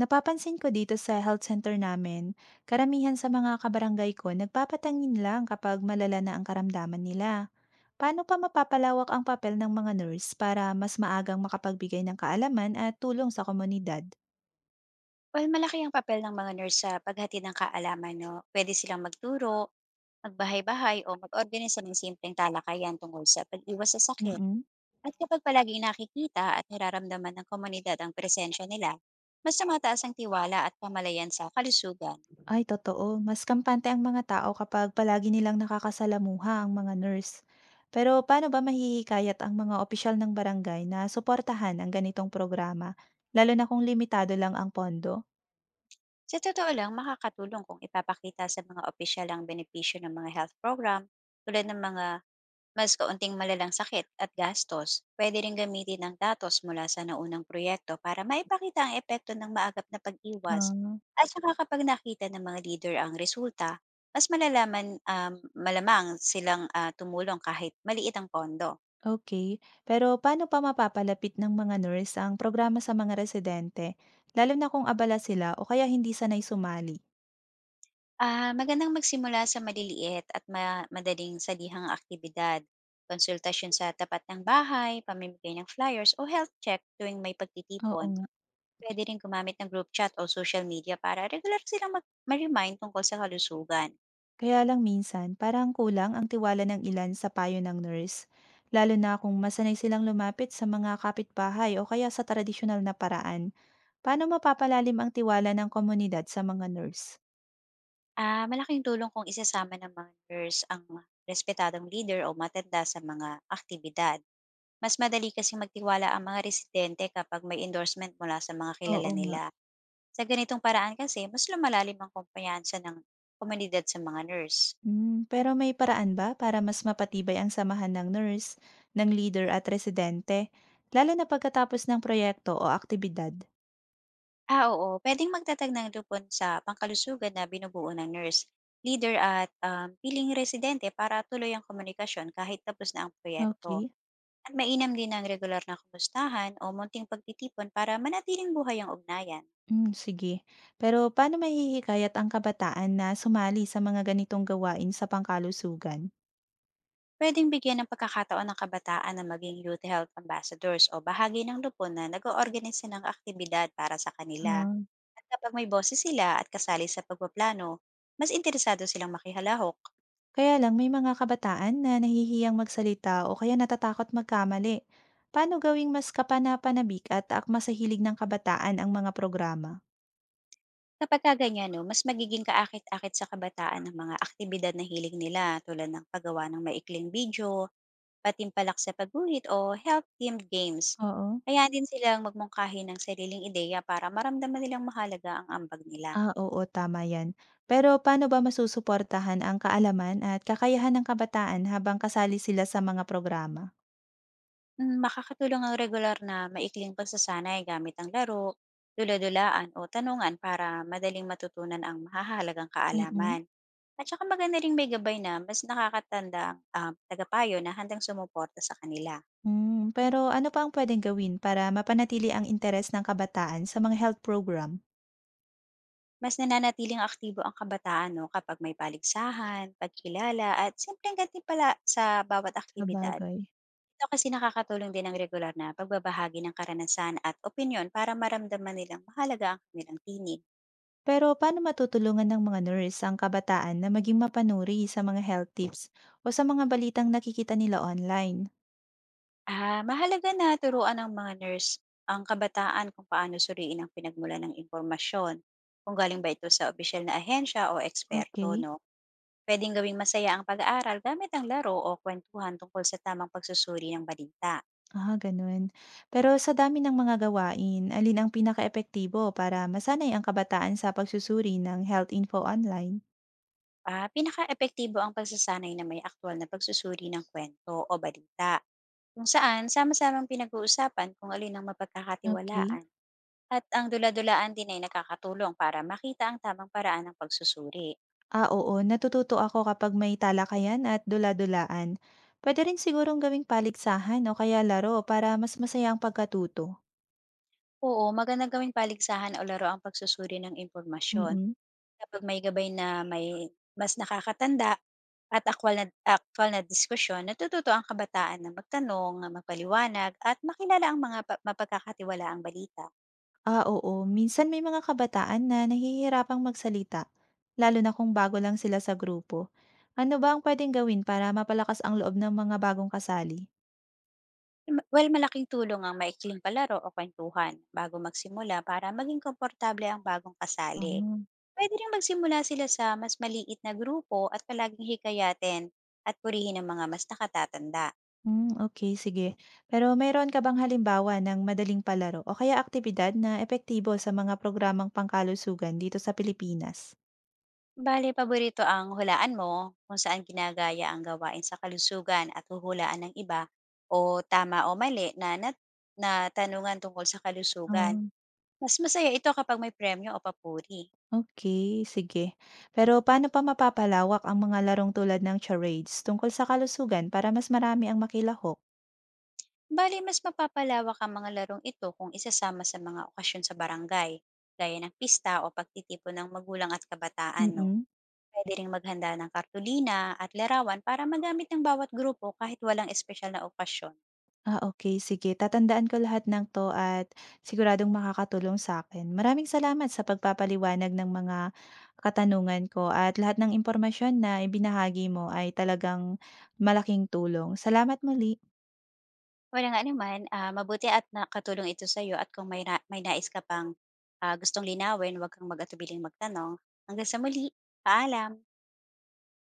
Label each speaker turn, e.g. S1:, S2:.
S1: Napapansin ko dito sa health center namin, karamihan sa mga kabarangay ko nagpapatangin lang kapag malala na ang karamdaman nila. Paano pa mapapalawak ang papel ng mga nurse para mas maagang makapagbigay ng kaalaman at tulong sa komunidad?
S2: Well, malaki ang papel ng mga nurse sa paghatid ng kaalaman, no? Pwede silang magturo, magbahay-bahay o mag-organisa ng simpleng talakayan tungkol sa pag-iwas sa sakit.
S1: Mm.
S2: At kapag palaging nakikita at nararamdaman ng komunidad ang presensya nila, mas tumataas ang tiwala at pamalayan sa kalusugan.
S1: Ay, totoo. Mas kampante ang mga tao kapag palagi nilang nakakasalamuha ang mga nurse. Pero paano ba mahihikayat ang mga opisyal ng barangay na suportahan ang ganitong programa, lalo na kung limitado lang ang pondo?
S2: Sa totoo lang, makakatulong kung ipapakita sa mga opisyal ang benepisyo ng mga health program tulad ng mga mas kaunting malalang sakit at gastos. Pwede rin gamitin ang datos mula sa naunang proyekto para maipakita ang epekto ng maagap na pag-iwas.
S1: Ah.
S2: At saka kapag nakita ng mga leader ang resulta, mas malalaman, malamang silang tumulong kahit maliit ang pondo.
S1: Okay. Pero paano pa mapapalapit ng mga nurse ang programa sa mga residente, lalo na kung abala sila o kaya hindi sanay sumali?
S2: Ah, magandang magsimula sa maliliit at madaling salihang aktibidad. Konsultasyon sa tapat ng bahay, pamimigay ng flyers o health check tuwing may
S1: Oo
S2: pagtitipon.
S1: nga.
S2: Puwede rin gumamit ng group chat o social media para regular silang mag ma-remind tungkol sa kalusugan.
S1: Kaya lang minsan, parang kulang ang tiwala ng ilan sa payo ng nurse, lalo na kung masanay silang lumapit sa mga kapitbahay o kaya sa tradisyonal na paraan. Paano mapapalalim ang tiwala ng komunidad sa mga nurse?
S2: Ah, malaking tulong kung isasama ng mga nurse ang respetadong leader o matanda sa mga aktibidad. Mas madali kasi magtiwala ang mga residente kapag may endorsement mula sa mga kilala
S1: Oo nga.
S2: nila. Sa ganitong paraan kasi, mas lumalalim ang kumpiyansa ng komunidad sa mga nurse.
S1: Hmm, pero may paraan ba para mas mapatibay ang samahan ng nurse, ng leader at residente, lalo na pagkatapos ng proyekto o aktibidad?
S2: Ah, oo. Puwedeng magtatag ng lupon sa pangkalusugan na binubuo ng nurse, leader at piling residente para tuloy ang komunikasyon kahit tapos na ang proyekto.
S1: Okay.
S2: At mainam din ang regular na kumustahan o munting pagtitipon para manatiling buhay ang ugnayan.
S1: Hmm, sige. Pero paano mahihikayat ang kabataan na sumali sa mga ganitong gawain sa pangkalusugan?
S2: Pwedeng bigyan ng pagkakataon ng kabataan na maging youth health ambassadors o bahagi ng lupon na nag-oorganisa ng aktibidad para sa kanila.
S1: Ah,
S2: At kapag may boses sila at kasali sa pagpaplano, mas interesado silang makihalahok.
S1: kaya lang may mga kabataan na nahihiyang magsalita o kaya natatakot magkamali. Paano gawing mas kapanapanabik at akma sa hilig ng kabataan ang mga programa?
S2: Kapagka ganyan 'no, mas magiging kaakit-akit sa kabataan ng mga aktibidad na hilig nila tulad ng paggawa ng maikling video, patimpalak sa pagguhit o health-themed games.
S1: Oo.
S2: Kaya din silang magmungkahi ng sariling ideya para maramdaman nilang mahalaga ang ambag nila.
S1: Ah, oo, tama 'yan. Pero paano ba masusuportahan ang kaalaman at kakayahan ng kabataan habang kasali sila sa mga programa?
S2: Hmm, makakatulong ang regular na maikling pagsasanay gamit ang laro, dula-dulaan o tanungan para madaling matutunan ang mahahalagang
S1: Mm.
S2: kaalaman. At saka maganda ring may gabay na mas nakakatanda ang, tagapayo na handang sumuporta sa kanila.
S1: Hmm, pero ano pa ang puwedeng gawin para mapanatili ang interes ng kabataan sa mga health program?
S2: Mas nananatiling aktibo ang kabataan 'no kapag may paligsahan, pagkilala at simpleng gantimpala sa bawat aktibidad.
S1: Sabagay.
S2: Ito kasi nakakatulong din ang regular na pagbabahagi ng karanasan at opinyon para maramdaman nilang mahalaga ang kanilang tinig.
S1: Pero paano matutulungan ng mga nurse ang kabataan na maging mapanuri sa mga health tips o sa mga balitang nakikita nila online?
S2: Ah, mahalaga na turuan ng mga nurse ang kabataan kung paano suriin ang pinagmulan ng impormasyon, kung galing ba ito sa opisyal na ahensya o eksperto
S1: Okay.
S2: 'no. Puwedeng gawing masaya ang pag-aaral gamit ang laro o kuwentuhan tungkol sa tamang pagsusuri ng balita.
S1: Ah, ganun. Pero sa dami ng mga gawain, alin ang pinaka epektibo para masanay ang kabataan sa pagsusuri ng health info online?
S2: Ah, pinakaepektibo ang pagsasanay na may aktwal na pagsusuri ng kwento o balita, kung saan sama-samang pinag-uusapan kung alin ang
S1: Okay.
S2: mapagkakatiwalaan. At ang dula-dulaan din ay nakakatulong para makita ang tamang paraan ng pagsusuri.
S1: Ah, oo. Natututo ako kapag may talakayan at dula-dulaan. Pwede rin sigurong gawing paligsahan o kaya laro para mas masaya ang pagkatuto.
S2: Oo, maganda gawing paligsahan o laro ang pagsusuri ng impormasyon.
S1: Mm.
S2: Kapag may gabay na may mas nakakatanda at akwal na diskusyon, natututo ang kabataan na magtanong, magpaliwanag, at makilala ang mga mapagkakatiwalaang balita.
S1: Ah, oo. Minsan may mga kabataan na nahihirapang magsalita, lalo na kung bago lang sila sa grupo. Ano ba ang pwedeng gawin para mapalakas ang loob ng mga bagong kasali?
S2: Well, malaking tulong ang maikling palaro o kwentuhan bago magsimula para maging komportable ang bagong kasali.
S1: Ah.
S2: Pwede rin magsimula sila sa mas maliit na grupo at palaging hikayatin at purihin ang mga mas nakatatanda.
S1: Hmm, okay, sige. Pero mayroon ka bang halimbawa ng madaling palaro o kaya aktibidad na epektibo sa mga programang pangkalusugan dito sa Pilipinas?
S2: Bale, paborito ang hulaan mo kung saan ginagaya ang gawain sa kalusugan at huhulaan ng iba o tama o mali, na tanungan tungkol sa kalusugan.
S1: Um.
S2: Mas masaya ito kapag may premyo o papuri.
S1: Okay, sige. Pero paano pa mapapalawak ang mga larong tulad ng charades tungkol sa kalusugan para mas marami ang makilahok?
S2: Bali mas mapapalawak ang mga larong ito kung isasama sa mga okasyon sa barangay, gaya ng pista o pagtitipon ng magulang at kabataan, no?
S1: Mm.
S2: Pwede ring maghanda ng kartulina at larawan para magamit ng bawat grupo kahit walang espesyal na okasyon.
S1: Ah, okay, sige, tatandaan ko lahat ng 'to at siguradong makakatulong sa akin. Maraming salamat sa pagpapaliwanag ng mga katanungan ko at lahat ng impormasyon na ibinahagi mo ay talagang malaking tulong. Salamat muli.
S2: Wala nga naman, ah, mabuti at nakatulong ito sa iyo, at kung may, may nais ka pang gustong linawin, huwag kang mag-atubiling magtanong. Hanggang sa muli, paalam!